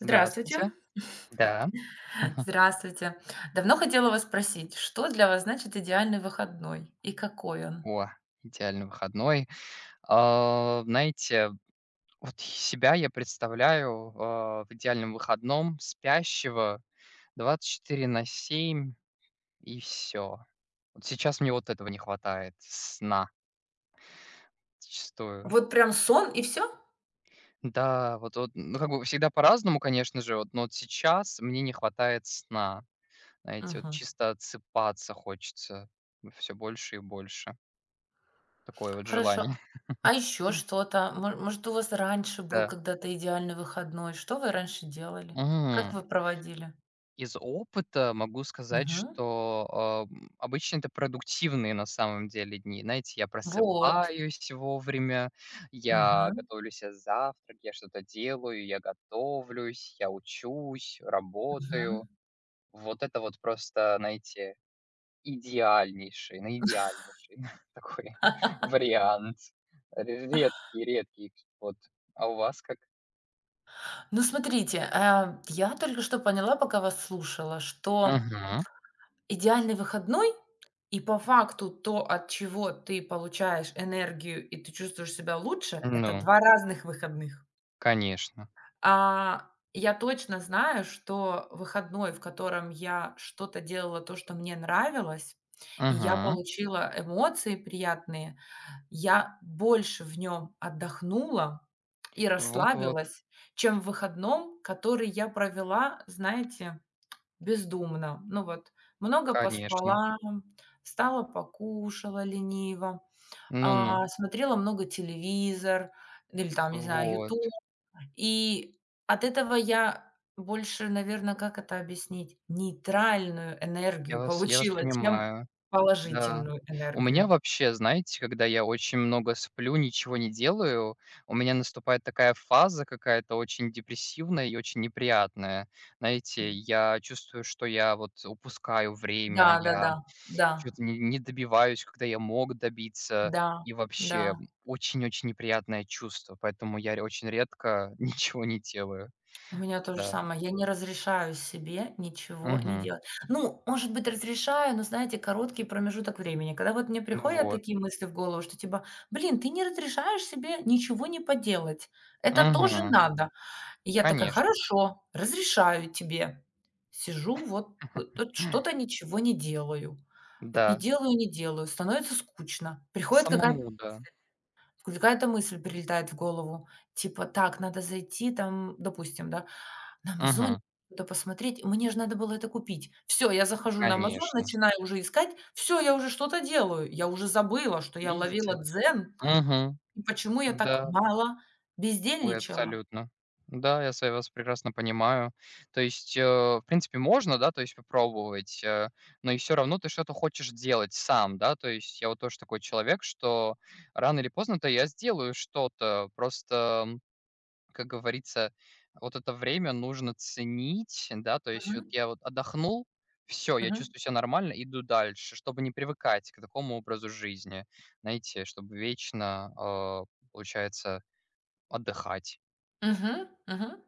Здравствуйте. Здравствуйте. Да. Мгм. Здравствуйте. Давно хотела вас спросить, что для вас значит идеальный выходной и какой он? О, идеальный выходной. А, знаете, вот себя я представляю, в идеальном выходном спящего 24/7 и все. Вот сейчас мне вот этого не хватает, сна зачастую. Вот прям сон и все? Да, вот, ну, как бы всегда по-разному, конечно же, вот, но вот сейчас мне не хватает сна. Знаете, вот Мгм. чисто отсыпаться хочется все больше и больше. Такое вот Хорошо. желание. А еще что-то? Мо может, у вас раньше был Да. когда-то идеальный выходной? Что вы раньше делали? Как Мгм. вы проводили? Из опыта могу сказать, Мгм. что, обычно это продуктивные на самом деле дни. Знаете, я Вот. просыпаюсь вовремя, я Мгм. готовлю себе завтрак, я что-то делаю, я готовлюсь, я учусь, работаю. Мгм. Вот это вот просто, знаете, идеальнейший, на идеальнейший такой вариант. Редкий, редкий. Вот. А у вас как? Ну, смотрите, я только что поняла, пока вас слушала, что Мгм. идеальный выходной и по факту то, от чего ты получаешь энергию и ты чувствуешь себя лучше — это Ну, 2 разных выходных. конечно. А, я точно знаю, что выходной, в котором я что-то делала, то, что мне нравилось, и я Мгм. получила эмоции приятные, я больше в нем отдохнула и Вот-вот. расслабилась, чем в выходном, который я провела, знаете, бездумно. Ну вот, много Конечно. поспала, встала, покушала лениво, Ну-ну. Смотрела много телевизор или там, не знаю, Вот. YouTube. И от этого я больше, наверное, как это объяснить, нейтральную Я энергию вас я вас получила, чем понимаю. Да. положительную У меня энергию. вообще, знаете, когда я очень много сплю, ничего не делаю, у меня наступает такая фаза какая-то очень депрессивная и очень неприятная. Знаете, я чувствую, что я вот упускаю время, я что Да. то не добиваюсь, когда я мог добиться. Да. И Да. Да, вообще, да, да. очень-очень неприятное чувство, поэтому я ре очень редко ничего не делаю. У меня то же Да. самое. Я не разрешаю себе ничего не Мгм. делать. Ну, может быть, разрешаю, но, знаете, короткий промежуток времени. Когда вот мне Ну приходят вот. такие мысли в голову, что типа, блин, ты не разрешаешь себе ничего не поделать. Это тоже Мгм. надо. И я такая, Конечно. хорошо, разрешаю тебе. Сижу, вот тут что-то ничего не делаю. Вот не Да. делаю, не делаю. Становится скучно. Приходит какая-то Самому, да. какая-то мысль прилетает в голову, типа, так, надо зайти там, допустим, да, на "Амазоне" Мгм. что посмотреть. Мне же надо было это купить. Все, я захожу на "Амазон", Конечно. начинаю уже искать. Все, я уже что-то делаю. Я уже забыла, что я ловила Видите? дзен Мгм. и почему я так Да. мало Ой, бездельничала. абсолютно. Да, я с вами вас прекрасно понимаю. То есть, в принципе, можно, да, то есть попробовать, но и все равно ты что-то хочешь делать сам, да. То есть я вот тоже такой человек, что рано или поздно-то я сделаю что-то. Просто как говорится, вот это время нужно ценить, да, то есть вот Мгм. я вот отдохнул, все, я Мгм. чувствую себя нормально, иду дальше, чтобы не привыкать к такому образу жизни, знаете, чтобы вечно, получается, отдыхать. Мгм. Мгм.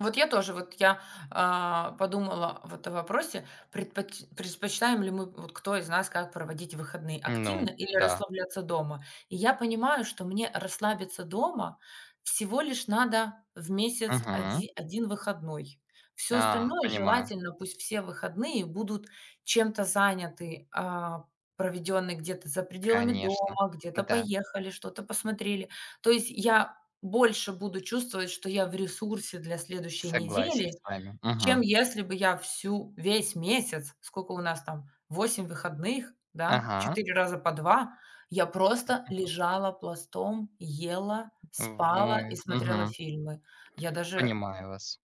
Вот я тоже, подумала вот о вопросе, предпочитаем ли мы, вот кто из нас как проводить выходные, активно Ну или да. расслабляться дома. И я понимаю, что мне расслабиться дома всего лишь надо в месяц Мгм. оди 1 выходной. Все А, остальное понимаю. желательно, пусть все выходные будут чем-то заняты, проведённые где-то за пределами Конечно. дома, где-то Да, поехали, что-то посмотрели. То есть я больше буду чувствовать, что я в ресурсе для следующей согласен с недели, вами. чем Мгм. если бы я всю весь месяц, сколько у нас там, 8 выходных, да, Ага. 4 раза по 2, я просто лежала пластом, ела, спала и Ой, смотрела мгм. фильмы. Я даже Понимаю вас.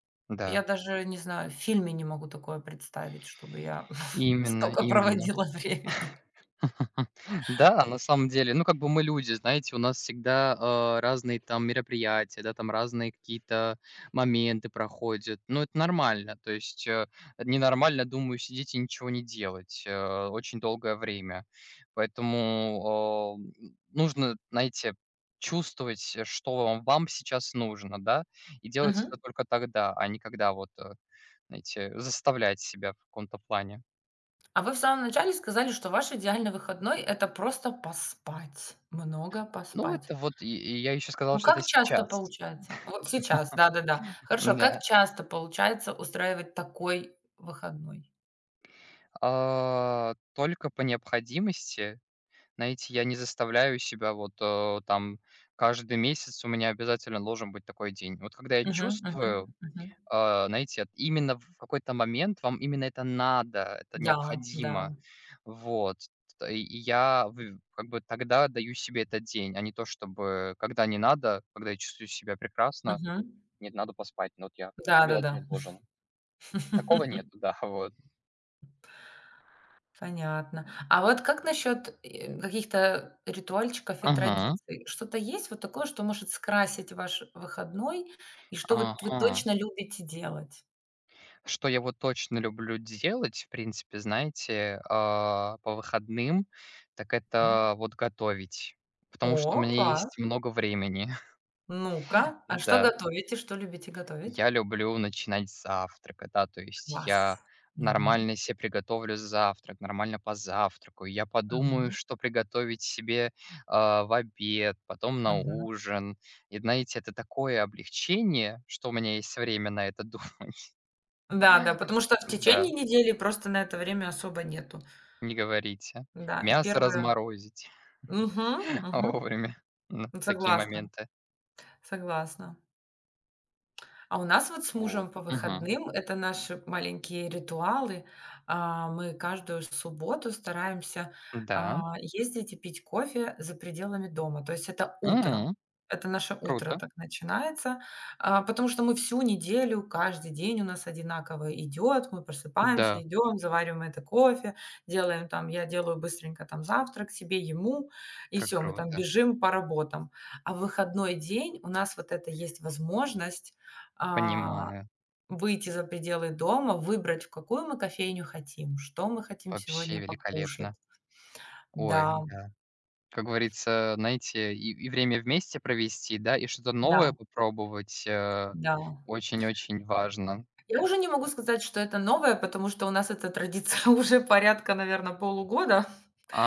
я Да. даже не знаю, в фильме не могу такое представить, чтобы я Именно, столько именно. проводила времени. М, да, на самом деле, ну, как бы мы люди, знаете, у нас всегда, разные там мероприятия, да, там разные какие-то моменты проходят. Ну, это нормально. То есть, ненормально, думаю, сидеть и ничего не делать, очень долгое время. Поэтому, нужно, знаете, чувствовать, что вам сейчас нужно, да, и делать это Мгм. только тогда, а не когда вот, знаете, заставлять себя в каком-то плане. А вы в самом начале сказали, что ваш идеальный выходной — это просто поспать, много Ну, поспать. это вот и я еще сказал, Ну, что как это часто сейчас. получается? Вот сейчас, да-да-да. Хорошо, как Да. часто получается устраивать такой выходной? А, только по необходимости. Знаете, я не заставляю себя вот, там каждый месяц у меня обязательно должен быть такой день. Вот когда я Мгм, мгм, чувствую, мгм. Знаете, именно в какой-то момент вам именно это надо, это Да, да. необходимо. Вот. Т и я в как бы тогда даю себе этот день, а не то чтобы когда не надо, когда я чувствую себя прекрасно, Мгм. нет, надо поспать, но вот я обязательно Да-да-да. должен. Такого нет, да, вот. Понятно. А вот как насчет, каких-то ритуальчиков и Ага. традиций? Что-то есть вот такое, что может скрасить ваш выходной и что вы Ага. точно любите делать? Что я вот точно люблю делать, в принципе, знаете, по выходным, так М. это вот готовить, потому что у О, меня класс! есть много времени. Ну-ка, а что Да, готовите? Что любите готовить? я люблю начинать с завтрака, да, то есть Класс. я нормально себе приготовлю завтрак, нормально позавтракаю, я подумаю, Мгм, что приготовить себе в обед, потом на мгм. ужин. И знаете, это такое облегчение, что у меня есть время на это думать. Да, да, потому что в Да. течение недели просто на это время особо нету. Не говорите. Да, и Мясо первое. разморозить Угу, угу. вовремя. Ну, такие Согласна, моменты. согласна. А у нас вот с Вот. мужем по Мгм. выходным — это наши маленькие ритуалы. А, мы каждую субботу стараемся, Да. Ездить и пить кофе за пределами дома. То есть это утром. М. Это наше утро Круто. так начинается, потому что мы всю неделю, каждый день у нас одинаково идет. Мы просыпаемся, Да, идем, завариваем это кофе, делаем там я делаю быстренько там завтрак себе, ему, и как все, мы там круто. бежим по работам. А в выходной день у нас вот это есть возможность а, Понимаю. выйти за пределы дома, выбрать, в какую мы кофейню хотим, что мы хотим Вообще сегодня покушать. великолепно. Ой, Да, да. Как говорится, знаете, и время вместе провести, да, и что-то да, новое попробовать, да. очень-очень важно. Я уже не могу сказать, что это новое, потому что у нас эта традиция уже порядка, наверное, полугода,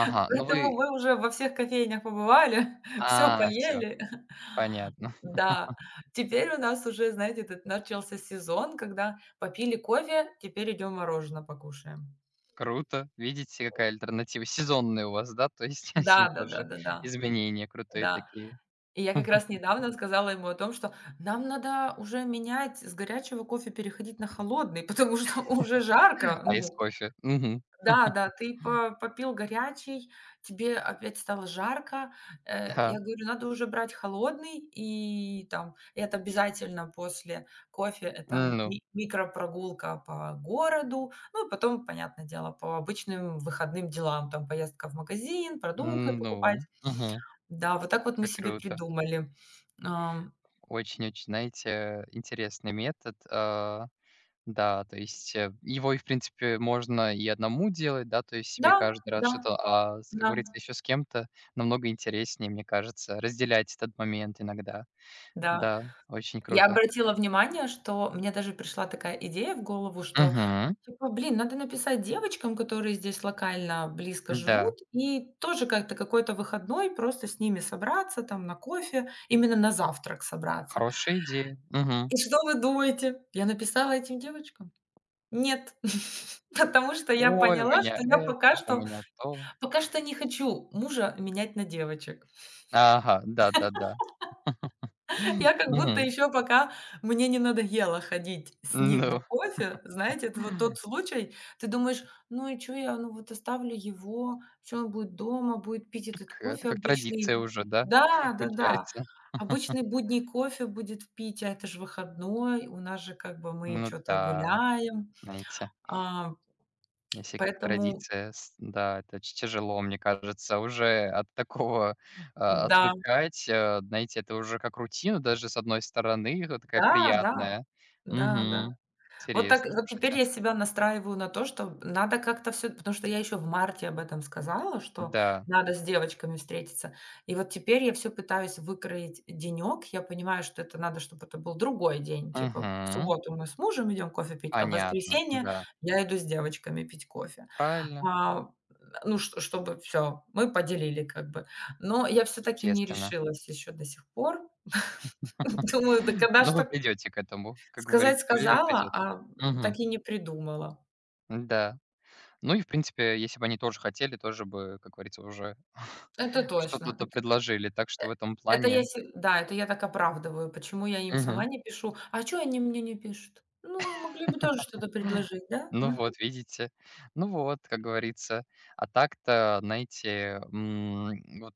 ну вы. поэтому мы уже во всех кофейнях побывали, все А, все. поели. Понятно. Да, теперь у нас уже, знаете, этот начался сезон, когда попили кофе, теперь идем мороженое покушаем. Круто. Видите, какая альтернатива? Сезонные у вас, да? То есть Да, они тоже да-да-да-да. Да. Да, изменения да, крутые да. такие. И я как раз недавно сказала ему о том, что нам надо уже менять с горячего кофе переходить на холодный, потому что уже жарко. А из Ну кофе. Мгм. да-да, ты по попил горячий, тебе опять стало жарко. Я Да. говорю, надо уже брать холодный, и там это обязательно после кофе, это Ну, ми микропрогулка по городу. Ну и потом, понятное дело, по обычным выходным делам, там поездка в магазин, продукты покупать. ну, мгм. Да, вот так вот мы Как себе круто. придумали. Ам, Очень-очень, знаете, интересный метод. Да, то есть, его и, в принципе, можно и одному делать, да, то есть да, себе каждый раз да, что-то, с как да, говорится, еще с кем-то намного интереснее, мне кажется, разделять этот момент иногда. да. Да, очень Я круто. обратила внимание, что мне даже пришла такая идея в голову, что Мгм. типа, блин, надо написать девочкам, которые здесь локально близко Да. живут, и тоже как-то какой-то выходной просто с ними собраться там на кофе, именно на завтрак собраться. Хорошая идея. Мгм. И что вы думаете? Я написала этим девочкам? Нет, потому что я Ой, у поняла, что меня я пока это, у что меня то. пока что не хочу мужа менять на девочек. Ага, да-да-да. Я как будто Мгм. еще пока мне не надоело ходить с ним на Ну, кофе. Знаете, это вот тот случай, ты думаешь: "Ну и что я, ну вот оставлю его, что он будет дома, будет пить этот это кофе как обычный". традиция уже, да, Да, да-да. получается? Обычный будний кофе будет пить, а это ж выходной, у нас же как бы мы Ну что то да, гуляем. знаете, А, если как поэтому традиция, с да, это очень тяжело, мне кажется, уже от такого, да, отвыкать. Знаете, это уже как рутина даже, с одной стороны, вот такая да, да, приятная. да-да. Мгм. Вот так, Интересно, вот теперь слушайте. я себя настраиваю на то, что надо как-то все, потому что я еще в марте об этом сказала, что Да. надо с девочками встретиться. И вот теперь я все пытаюсь выкроить денек. Я понимаю, что это надо, чтобы это был другой день. Типа в Мгм. субботу мы с мужем идем кофе пить, а в Понятно, воскресенье да. я иду с девочками пить кофе. Правильно, А, ну, чт чтобы все мы поделили как бы. Но я все таки не естественно. решилась еще до сих пор. Думаю, да когда ж Но вы так. придете к этому, как Сказать говорится, время сказала, придет. а Мгм. так и не придумала. Да. Ну и, в принципе, если бы они тоже хотели, тоже бы, как говорится, уже Это точно. что-то-то предложили. Так э что в этом это я плане. се да, это я так оправдываю, почему я им сама Мгм. не пишу. А чё они мне не пишут? Ну, могли бы тоже что-то предложить, да? Ну Мгм. вот, видите. Ну вот, как говорится. А так-то, знаете, вот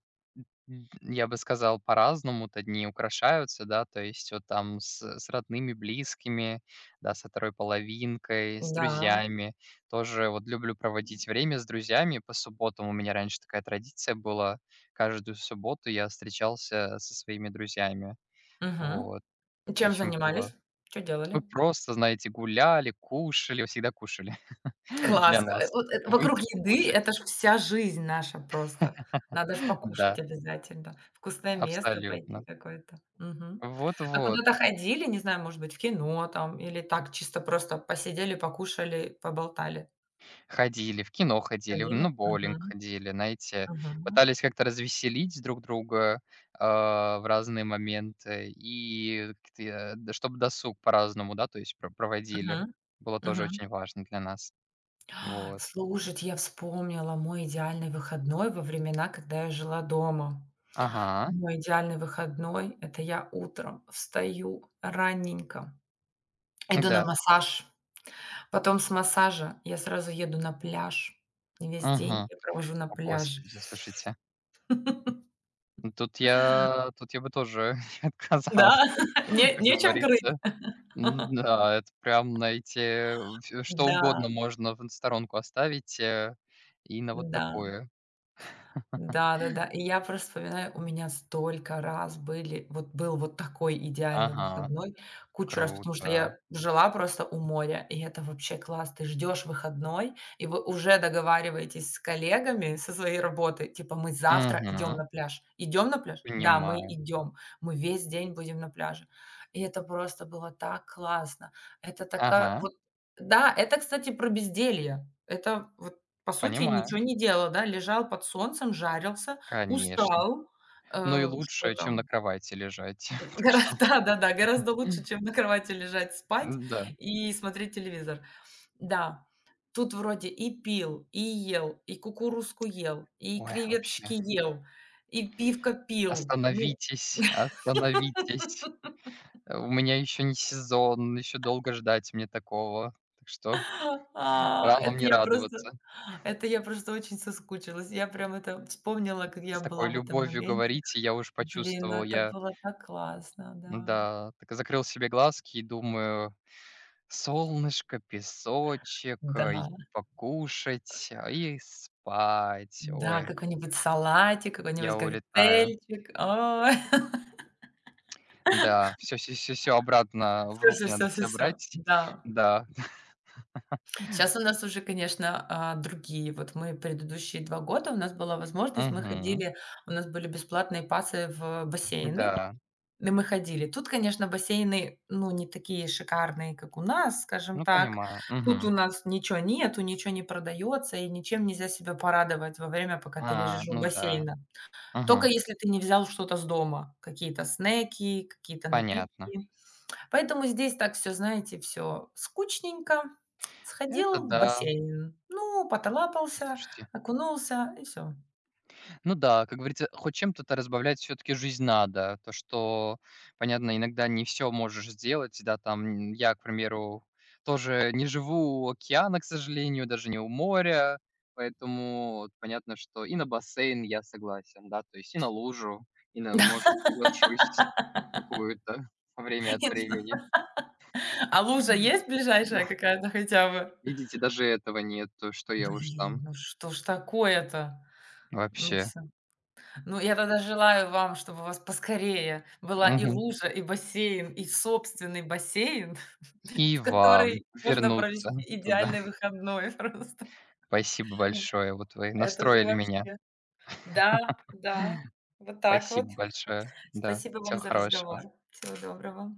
Я бы сказал, по-разному то дни украшаются, да, то есть вот там с родными, близкими, да, со второй половинкой, с Да. друзьями. Тоже вот люблю проводить время с друзьями. По субботам у меня раньше такая традиция была. Каждую субботу я встречался со своими друзьями. Мгм. Вот, Чем очень занимались? было Что делали? мы просто, знаете, гуляли, кушали, всегда кушали для Класс. Нас. Вот это вокруг Выйти еды — покушать. это ж вся жизнь наша просто. Надо ж покушать Да, обязательно, вкусное место пойти абсолютно. какое-то. Мгм. А Вот-вот. куда-то ходили, не знаю, может быть, в кино там или так чисто просто посидели, покушали, поболтали? Ходили, в кино ходили, Ходили? ну боулинг Мгм. ходили, знаете, Мгм. пытались как-то развеселить друг друга, в разные моменты, и да, чтобы досуг по-разному, да, то есть проводили. Мгм. Было тоже Мгм. очень важно для нас. Вот. Слушайте, я вспомнила мой идеальный выходной во времена, когда я жила дома. Ага, Мой идеальный выходной — это я утром встаю ранненько, иду на да, массаж. Потом с массажа я сразу еду на пляж. Весь день мгм. я провожу на О, пляже. господи, слушайте, ну тут я бы тоже Да, отказался, не как нечем крыть. говорится. М-да, это прям, знаете, в что Да, угодно можно в сторонку оставить, и на вот да. такое. Да-да-да. И я просто вспоминаю, у меня столько раз был вот такой идеальный Ага, выходной. Кучу раз, потому что круто. я жила просто у моря, и это вообще класс. Ты ждешь выходной, и вы уже договариваетесь с коллегами со своей работы, типа: "Мы завтра идем Мгм. на пляж". "Идем на пляж?" "Да, мы Понимаю. идем. Мы весь день будем на пляже". И это просто было так классно. Это Ага, такая вот. Да, это, кстати, про безделье. Это вот по сути, понимаю. ничего не делал, да, лежал под солнцем, жарился, Конечно. устал. Но и Что лучше, чем на там? кровати лежать. Так Гора что, да-да-да, гораздо лучше, чем на кровати лежать, спать м-да. и смотреть телевизор. Да, тут вроде и пил, и ел, и кукурузку ел, и Ой, креветочки вообще. ел, и пивка пил. Ну, Остановитесь, остановитесь. У меня еще не сезон, еще долго ждать мне такого. Так что а, рано это мне я просто радоваться. это я просто очень соскучилась. Я прям это вспомнила, как я С такой была в этом любовью момен. говорите, я уж Блин, ну почувствовал. это Я, было так классно, да. да так закрыл себе глазки и думаю солнышко, песочек, и Да, покушать, и спать. да, Ой, какой-нибудь салатик, какой-нибудь я улетаю. коктейльчик. О, Да, все, все, все, всё обратно в всё, все, руки все, надо все, всё все. брать. Да. Да. Сейчас у нас уже, конечно, другие. Вот мы предыдущие 2 года, у нас была возможность, мы Мгм. ходили, у нас были бесплатные пасы в бассейны. Да. И мы ходили. Тут, конечно, бассейны, ну, не такие шикарные, как у нас, скажем Ну, так. понимаю. Тут у Мгм. нас ничего нету, ничего не продается, и ничем нельзя себя порадовать во время, пока ты А, лежишь у ну да. бассейна. Только Мгм. если ты не взял что-то с дома, какие-то снеки, какие-то Понятно. напитки. Поэтому здесь так все, знаете, все скучненько. Это Сходил в да. бассейн, ну, потолапался, Слушайте. окунулся и все. Ну да, как говорится, хоть чем-то то разбавлять все таки жизнь надо. То, что, понятно, иногда не все можешь сделать, да, там, я, к примеру, тоже не живу у океана, к сожалению, даже не у моря, поэтому вот понятно, что и на бассейн я согласен, да, то есть и на лужу, и на, может, соглашусь какую-то время от времени. А лужа Мгм. есть Да, ближайшая какая-то хотя бы? видите, даже этого нет, то что я уж Блин, там ну что ж такое-то? Ну вообще. всё. Ну, я тогда желаю вам, чтобы у вас поскорее была и Мгм. лужа, и бассейн, и собственный бассейн, И в вам который можно вернуться провести туда. идеальный выходной просто. Спасибо большое. Вот вы Это же настроили меня. вообще. Да, да, вот так вот. Спасибо большое. Да, Спасибо вам всего за разговор. хорошего. Всего доброго.